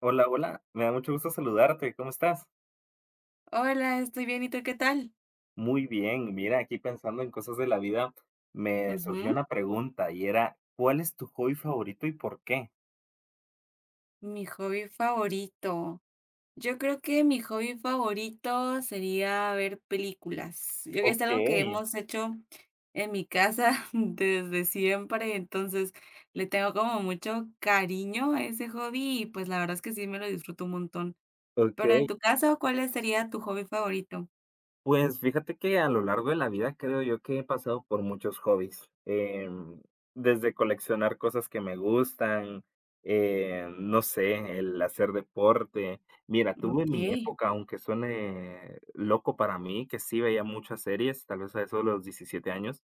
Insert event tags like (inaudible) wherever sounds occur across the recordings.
Hola, hola, me da mucho gusto saludarte, ¿cómo estás? Hola, estoy bien, ¿y tú qué tal? Muy bien, mira, aquí pensando en cosas de la vida, me surgió Ujú. una pregunta y era, ¿cuál es tu hobby favorito y por qué? Mi hobby favorito. Yo creo que mi hobby favorito sería ver películas. Yo creo que es Ok, algo que hemos hecho en mi casa (laughs) desde siempre, entonces le tengo como mucho cariño a ese hobby y pues la verdad es que sí me lo disfruto un montón. ok. Pero en tu caso, ¿cuál sería tu hobby favorito? Pues fíjate que a lo largo de la vida creo yo que he pasado por muchos hobbies, desde coleccionar cosas que me gustan, no sé, el hacer deporte. Mira, tuve mi Okey, época, aunque suene loco para mí, que sí veía muchas series, tal vez a eso de los 17 años,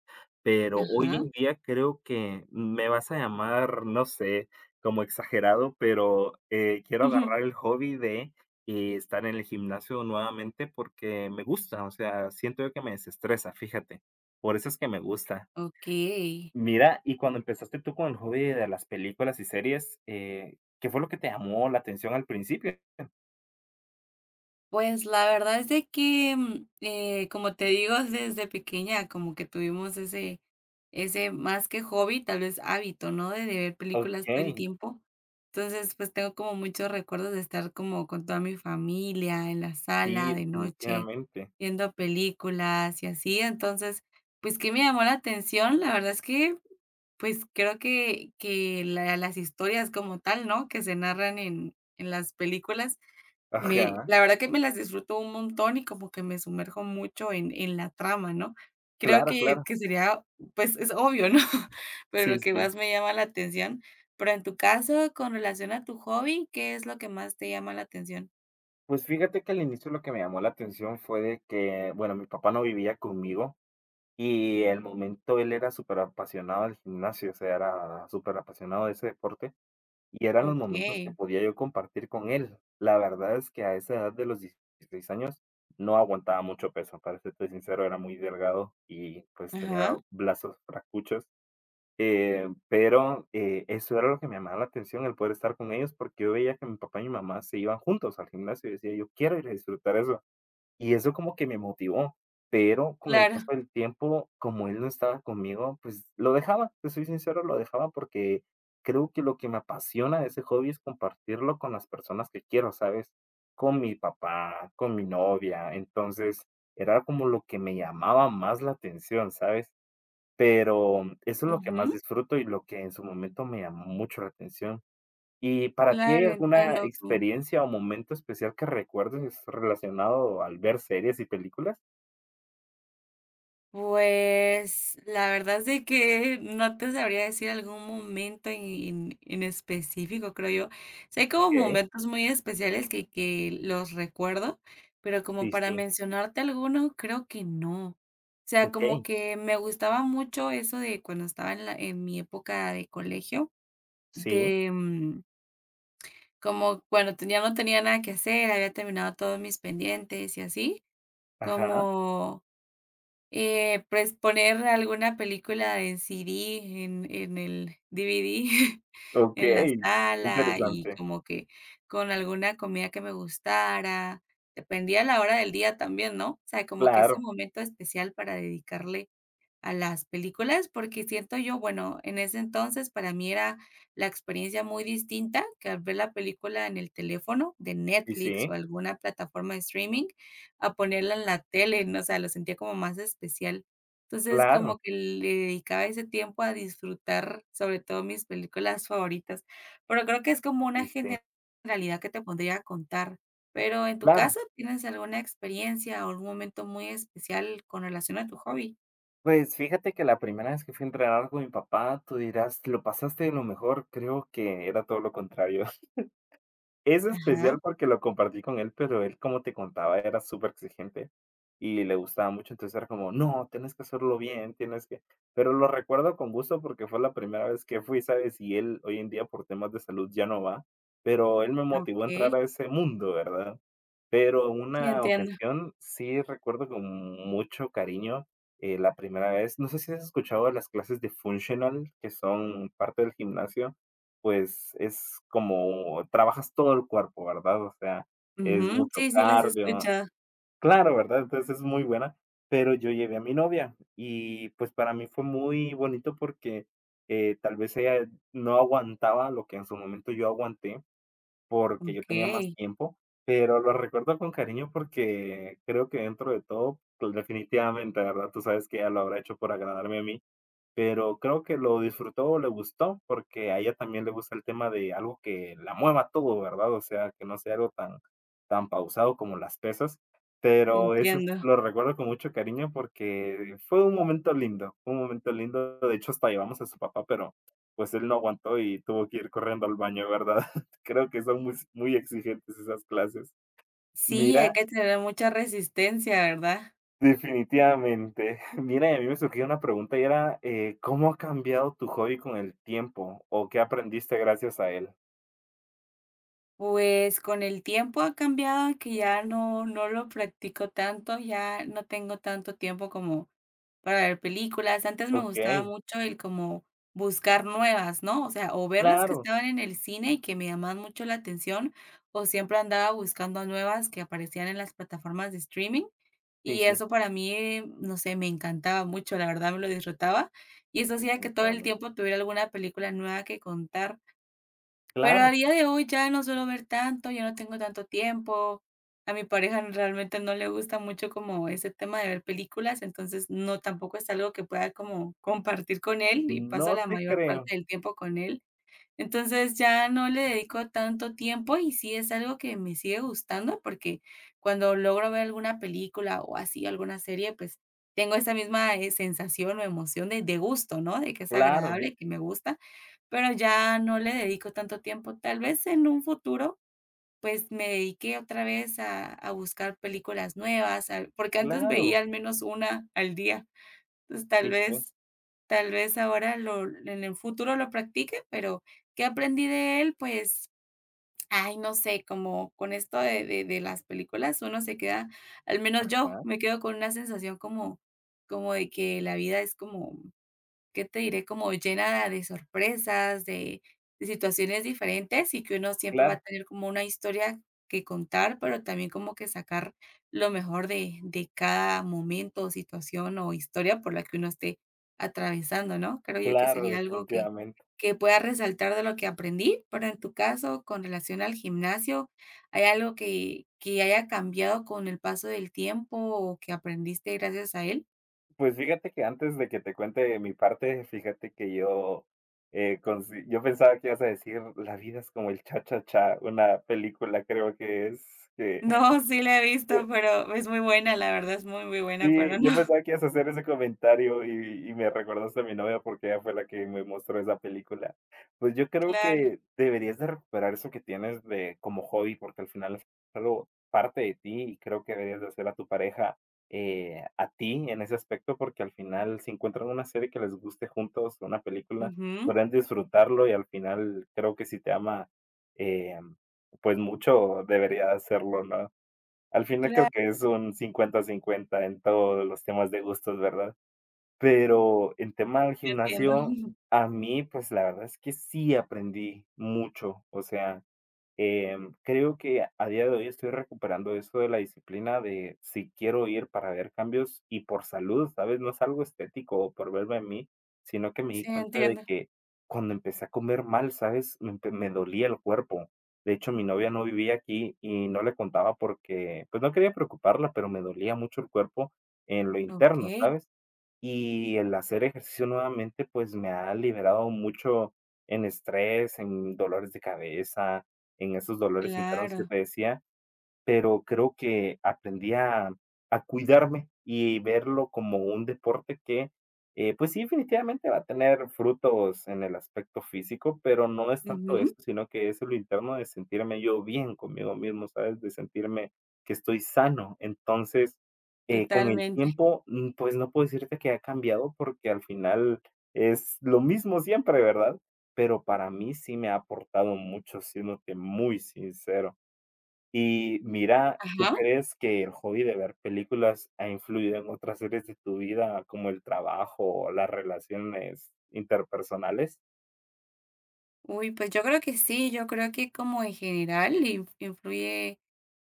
pero hoy ajá. en (laughs) día creo que me vas a llamar, no sé, como exagerado, pero quiero Ujú. agarrar el hobby de y estar en el gimnasio nuevamente porque me gusta, o sea, siento yo que me desestresa, fíjate, por eso es que me gusta. Mira, y cuando empezaste tú con el hobby de las películas y series, ¿qué fue lo que te llamó la atención al principio? Pues la verdad es de que, como te digo, desde pequeña como que tuvimos ese más que hobby, tal vez hábito, ¿no? De ver películas todo Okey, el tiempo. Entonces, pues tengo como muchos recuerdos de estar como con toda mi familia en la sala sí, de noche, definitivamente. viendo películas y así. Entonces, pues, ¿que me llamó la atención? La verdad es que, pues, creo que la las historias como tal, ¿no? Que se narran en las películas me Ajá, la verdad que me las disfruto un montón y como que me sumerjo mucho en la trama, ¿no? Creo claro, que claro. Sería, pues, es obvio, ¿no? (laughs) Pero Sí, lo que sí. más me llama la atención. Pero en tu caso, con relación a tu hobby, ¿qué es lo que más te llama la atención? Pues fíjate que al inicio lo que me llamó la atención fue de que, bueno, mi papá no vivía conmigo y el momento él era súper apasionado del gimnasio, o sea, era súper apasionado de ese deporte. Y eran los momentos que Okey. podía yo compartir con él. La verdad es que a esa edad de los 16 años no aguantaba mucho peso, para serte sincero, era muy delgado y, pues, tenía Ajá. brazos fracuchos, pero, eso era lo que me llamaba la atención, el poder estar con ellos, porque yo veía que mi papá y mi mamá se iban juntos al gimnasio, y decía yo: "Quiero ir a disfrutar eso". Y eso como que me motivó, pero con el paso Claro. del tiempo, como él no estaba conmigo, pues lo dejaba, te soy sincero, lo dejaba porque creo que lo que me apasiona de ese hobby es compartirlo con las personas que quiero, ¿sabes? Con mi papá, con mi novia, entonces era como lo que me llamaba más la atención, ¿sabes? Pero eso es lo que más Ujú. disfruto y lo que en su momento me llamó mucho la atención. Y para ti, ¿hay Claro, alguna entiendo, experiencia o momento especial que recuerdes relacionado al ver series y películas? Pues la verdad es de que no te sabría decir algún momento en específico, creo yo. Sé como Okey, momentos muy especiales que los recuerdo, pero como sí, para sí, mencionarte alguno, creo que no. O sea, como okey, que me gustaba mucho eso de cuando estaba en mi época de colegio, sí, de como cuando ya no tenía nada que hacer, había terminado todos mis pendientes y así, ajá, como pues, poner alguna película en CD, en el DVD, (laughs) en la okey, sala, y interesante. como que con alguna comida que me gustara, dependía la hora del día también, ¿no? O sea, como que ese Claro, momento especial para dedicarle a las películas, porque siento yo, bueno, en ese entonces para mí era la experiencia muy distinta que al ver la película en el teléfono de y Netflix sí, o alguna plataforma de streaming a ponerla en la tele, ¿no? O sea, lo sentía como más especial. Entonces, claro, como que le dedicaba ese tiempo a disfrutar, sobre todo mis películas favoritas, pero creo que es como sí, una sí, generalidad que te pondría a contar. Pero en tu claro. caso, ¿tienes alguna experiencia o algún momento muy especial con relación a tu hobby? Pues, fíjate que la primera vez que fui a entrenar con mi papá, tú dirás: "Lo pasaste de lo mejor", creo que era todo lo contrario. Es Ajá. especial porque lo compartí con él, pero él, como te contaba, era súper exigente y le gustaba mucho, entonces era como: "No, tienes que hacerlo bien, tienes que". Pero lo recuerdo con gusto porque fue la primera vez que fui, ¿sabes? Y él hoy en día, por temas de salud, ya no va, pero él me motivó a entrar Okey, a ese mundo, ¿verdad? Pero sí, una entiendo. ocasión sí recuerdo con mucho cariño, la primera vez, no sé si has escuchado de las clases de Functional, que son parte del gimnasio. Pues, es como trabajas todo el cuerpo, ¿verdad? O sea, es Ujú, mucho sí, sí, las he cardio escuchado. claro, ¿verdad? Entonces, es muy buena, pero yo llevé a mi novia y, pues, para mí fue muy bonito porque, tal vez ella no aguantaba lo que en su momento yo aguanté, porque yo tenía más Okey, tiempo, pero lo recuerdo con cariño porque creo que dentro de todo, pues, definitivamente, ¿verdad? Tú sabes que ella lo habrá hecho por agradarme a mí, pero creo que lo disfrutó, le gustó, porque a ella también le gusta el tema de algo que la mueva todo, ¿verdad? O sea, que no sea algo tan pausado como las pesas, pero eso es entiendo. lo recuerdo con mucho cariño porque fue un momento lindo, un momento lindo. De hecho, hasta llevamos a su papá, pero, pues, él no aguantó y tuvo que ir corriendo al baño, ¿verdad? (laughs) Creo que son muy muy exigentes esas clases. Sí, Mira, hay que tener mucha resistencia, ¿verdad? definitivamente. (laughs) Mira, y a mí me surgió una pregunta y era, ¿cómo ha cambiado tu hobby con el tiempo o qué aprendiste gracias a él? Pues, con el tiempo ha cambiado que ya no lo practico tanto, ya no tengo tanto tiempo como para ver películas. Antes me gustaba Okey, mucho el como buscar nuevas, ¿no? O sea, o ver las que claro, estaban en el cine y que me llamaban mucho la atención, o siempre andaba buscando nuevas que aparecían en las plataformas de streaming. sí, Y sí, eso para mí, no sé, me encantaba mucho, la verdad me lo disfrutaba. Y eso hacía que todo el definitivamente. tiempo tuviera alguna película nueva que contar. Pero a Claro, día de hoy ya no suelo ver tanto, ya no tengo tanto tiempo. A mi pareja realmente no le gusta mucho como ese tema de ver películas, entonces no, tampoco es algo que pueda como compartir con él y paso no la te mayor creo. parte del tiempo con él. Entonces, ya no le dedico tanto tiempo y sí es algo que me sigue gustando, porque cuando logro ver alguna película o así, alguna serie, pues, tengo esa misma, sensación o emoción de gusto, ¿no? De que es Claro, agradable, que me gusta, pero ya no le dedico tanto tiempo. Tal vez en un futuro, pues, me dedique otra vez a buscar películas nuevas, al porque antes claro, veía al menos una al día. Entonces, tal sí, sí, vez. Tal vez ahora lo en el futuro lo practique, pero, ¿qué aprendí de él? Pues, ay, no sé, como con esto de las películas uno se queda, al menos yo ajá, me quedo con una sensación como como de que la vida es como, ¿qué te diré? Como llena de sorpresas, de situaciones diferentes, y que uno siempre va a claro, tener como una historia que contar, pero también como que sacar lo mejor de cada momento, situación o historia por la que uno esté atravesando, ¿no? Creo yo que claro, sería algo que definitivamente. Pueda resaltar de lo que aprendí, pero en tu caso, con relación al gimnasio, ¿hay algo que haya cambiado con el paso del tiempo o que aprendiste gracias a él? Pues fíjate que antes de que te cuente mi parte, fíjate que yo, consi yo pensaba que ibas a decir: "La vida es como el cha cha cha", una película creo que es que (laughs) No, sí la he visto, pero es muy buena, la verdad es muy, muy buena, Sí, pero no, yo (laughs) pensaba que ibas a hacer ese comentario y me recordaste a mi novia porque ella fue la que me mostró esa película. Pues yo creo claro. que deberías de recuperar eso que tienes de como hobby, porque al final es algo parte de ti y creo que deberías de hacer a tu pareja, a ti en ese aspecto, porque al final si encuentran una serie que les guste juntos, una película, Ujú. podrán disfrutarlo y al final creo que si te ama, eh, pues mucho debería hacerlo, ¿no? Al final creo Claro, que es un 50-50 en todos los temas de gustos, ¿verdad? Pero en tema del sí entiendo. gimnasio, (laughs) a mí, pues, la verdad es que sí aprendí mucho, o sea, creo que a día de hoy estoy recuperando eso de la disciplina de si quiero ir para ver cambios y por salud, ¿sabes? No es algo estético o por verme a mí, sino que me di Sí, cuenta de entiendo. que cuando empecé a comer mal, ¿sabes? Me dolía el cuerpo. De hecho, mi novia no vivía aquí y no le contaba porque, pues no quería preocuparla, pero me dolía mucho el cuerpo en lo interno, Okey, ¿sabes? Y el hacer ejercicio nuevamente, pues, me ha liberado mucho en estrés, en dolores de cabeza, en esos dolores internos que claro. te decía pero creo que aprendí a cuidarme y verlo como un deporte que, pues sí, definitivamente va a tener frutos en el aspecto físico, pero no es tanto eso, Ujú, sino que es lo interno de sentirme yo bien conmigo mismo, ¿sabes? De sentirme que estoy sano. Entonces, con el totalmente. tiempo, mm, pues no puedo decirte que ha cambiado porque al final es lo mismo siempre, ¿verdad? Pero para mí sí me ha aportado mucho, siéndote muy sincero. Y mira, ¿tú Ajá. crees que el hobby de ver películas ha influido en otras áreas de tu vida, como el trabajo o las relaciones interpersonales? Uy, pues yo creo que sí, yo creo que como en general in influye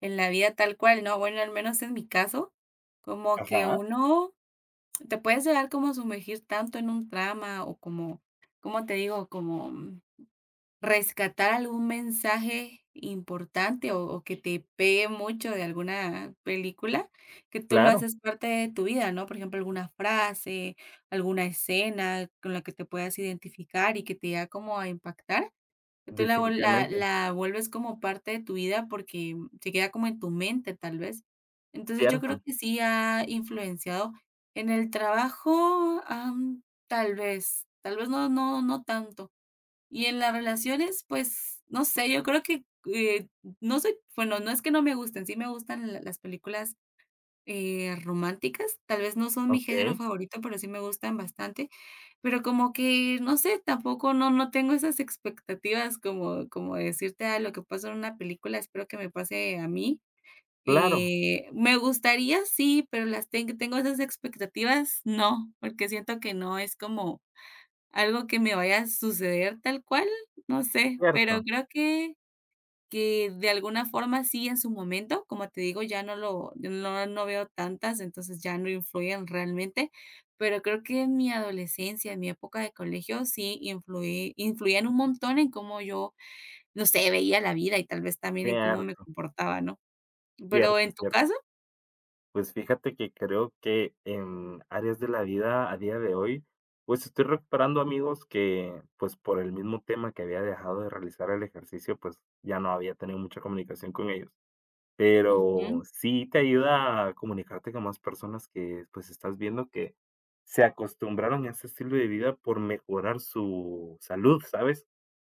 en la vida tal cual, ¿no? Bueno, al menos en mi caso, como que Ajá, uno te puedes llegar como a sumergir tanto en un trama o como, ¿como te digo? Como rescatar algún mensaje importante o que te pegue mucho de alguna película, que tú lo claro, haces parte de tu vida, ¿no? Por ejemplo, alguna frase, alguna escena con la que te puedas identificar y que te haga como a impactar, que tú la, vuel- la, definitivamente, la vuelves como parte de tu vida porque se queda como en tu mente, tal vez. Entonces yo creo cierto, que sí ha influenciado en el trabajo, tal vez, no, no tanto y en las relaciones, pues, no sé, yo creo que, eh, no soy bueno, no es que no me gusten, sí me gustan la las películas, románticas, tal vez no son mi género okey, favorito, pero sí me gustan bastante, pero como que, no sé, tampoco no tengo esas expectativas como como decirte: "Ah, lo que pasó en una película, espero que me pase a mí". claro, Me gustaría, sí, pero las tengo esas expectativas, no, porque siento que no es como algo que me vaya a suceder tal cual, no sé, pero cierto, creo que de alguna forma sí en su momento, como te digo, ya no lo no veo tantas, entonces ya no influyen realmente, pero creo que en mi adolescencia, en mi época de colegio, sí influían un montón en cómo yo, no sé, veía la vida y tal vez también en cómo me cierto, comportaba, ¿no? Pero cierto, en tu cierto. caso Pues fíjate que creo que en áreas de la vida a día de hoy, pues estoy recuperando amigos que, pues por el mismo tema que había dejado de realizar el ejercicio, pues ya no había tenido mucha comunicación con ellos. Pero ujú, sí te ayuda a comunicarte con más personas que, pues, estás viendo que se acostumbraron a ese estilo de vida por mejorar su salud, ¿sabes?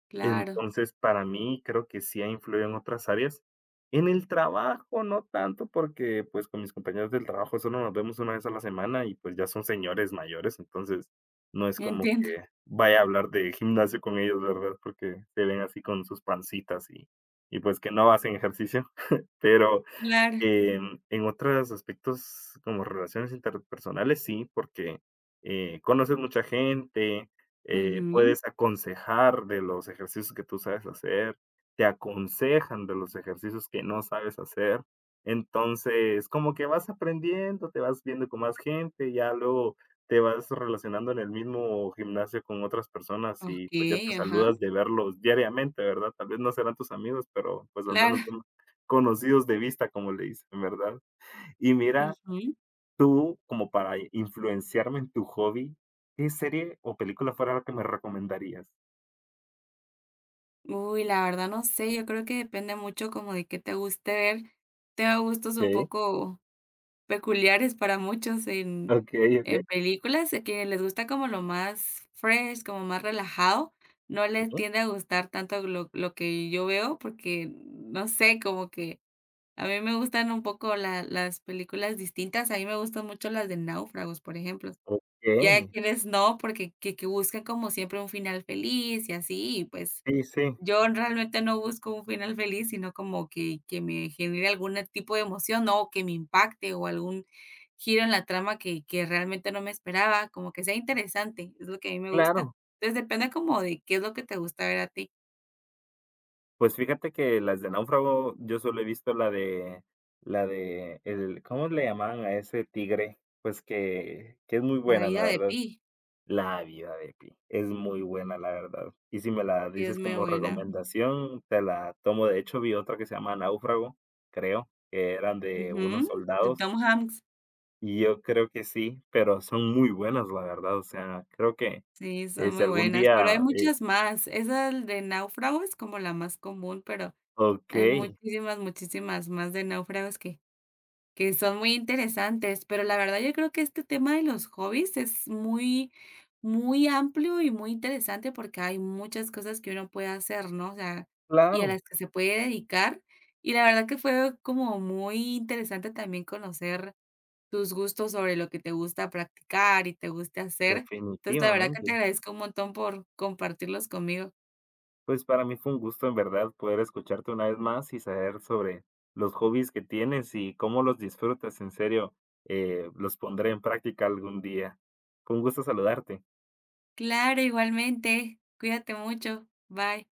claro, Entonces, para mí, creo que sí ha influido en otras áreas. En el trabajo, no tanto, porque, pues, con mis compañeros del trabajo solo nos vemos una vez a la semana y, pues, ya son señores mayores, entonces, no es como entiendo, que vaya a hablar de gimnasio con ellos, ¿verdad? Porque se ven así con sus pancitas y pues, que no hacen ejercicio. (laughs) Pero claro, en otros aspectos, como relaciones interpersonales, sí, porque, conoces mucha gente, ujú, puedes aconsejar de los ejercicios que tú sabes hacer, te aconsejan de los ejercicios que no sabes hacer. Entonces, como que vas aprendiendo, te vas viendo con más gente, ya luego te vas relacionando en el mismo gimnasio con otras personas y, pues, ya te okey, ajá, saludas de verlos diariamente, ¿verdad? Tal vez no serán tus amigos, pero, pues, al claro, menos conocidos de vista, como le dicen, ¿verdad? Y mira, ujú. tú, como para influenciarme en tu hobby, ¿qué serie o película fuera la que me recomendarías? Uy, la verdad no sé, yo creo que depende mucho como de qué te guste ver. Tengo gustos un Okay, poco peculiares para muchos okay, okay, en películas, que les gusta como lo más fresh, como más relajado. No sí, les tiende a gustar tanto lo que yo veo, porque, no sé, como que a mí me gustan un poco la las películas distintas. A mí me gustan mucho las de náufragos, por ejemplo. Y hay okey. quienes no, porque que buscan como siempre un final feliz y así, y pues Sí, sí, yo realmente no busco un final feliz, sino como que me genere algún tipo de emoción, ¿no? O que me impacte, o algún giro en la trama que realmente no me esperaba, como que sea interesante, es lo que a mí me gusta. claro. Entonces, depende como de qué es lo que te gusta ver a ti. Pues fíjate que las de Náufrago, yo solo he visto la de el ¿cómo le llamaban a ese tigre? Pues que es muy La buena, la vida de verdad. Pi, La vida de Pi, es muy buena, la verdad. Y si me la sí es dices muy como buena. recomendación, te la tomo. De hecho, vi otra que se llama Náufrago, creo, que eran de Ujú, unos de soldados, Tom Hanks. y yo creo que sí, pero son muy buenas, la verdad. O sea, creo que, Sí, son si muy algún buenas, pero hay día, muchas más. Esa de Náufrago es como la más común, pero hay okey, muchísimas, muchísimas más de Náufragos que son muy interesantes, pero la verdad yo creo que este tema de los hobbies es muy, muy amplio y muy interesante porque hay muchas cosas que uno puede hacer, ¿no? O sea, y a claro, las que se puede dedicar. Y la verdad que fue como muy interesante también conocer tus gustos sobre lo que te gusta practicar y te gusta hacer. Entonces, la verdad que te definitivamente. agradezco un montón por compartirlos conmigo. Pues para mí fue un gusto en verdad poder escucharte una vez más y saber sobre los hobbies que tienes y cómo los disfrutas. En serio, los pondré en práctica algún día. Fue un gusto saludarte. Claro, igualmente. Cuídate mucho. Bye.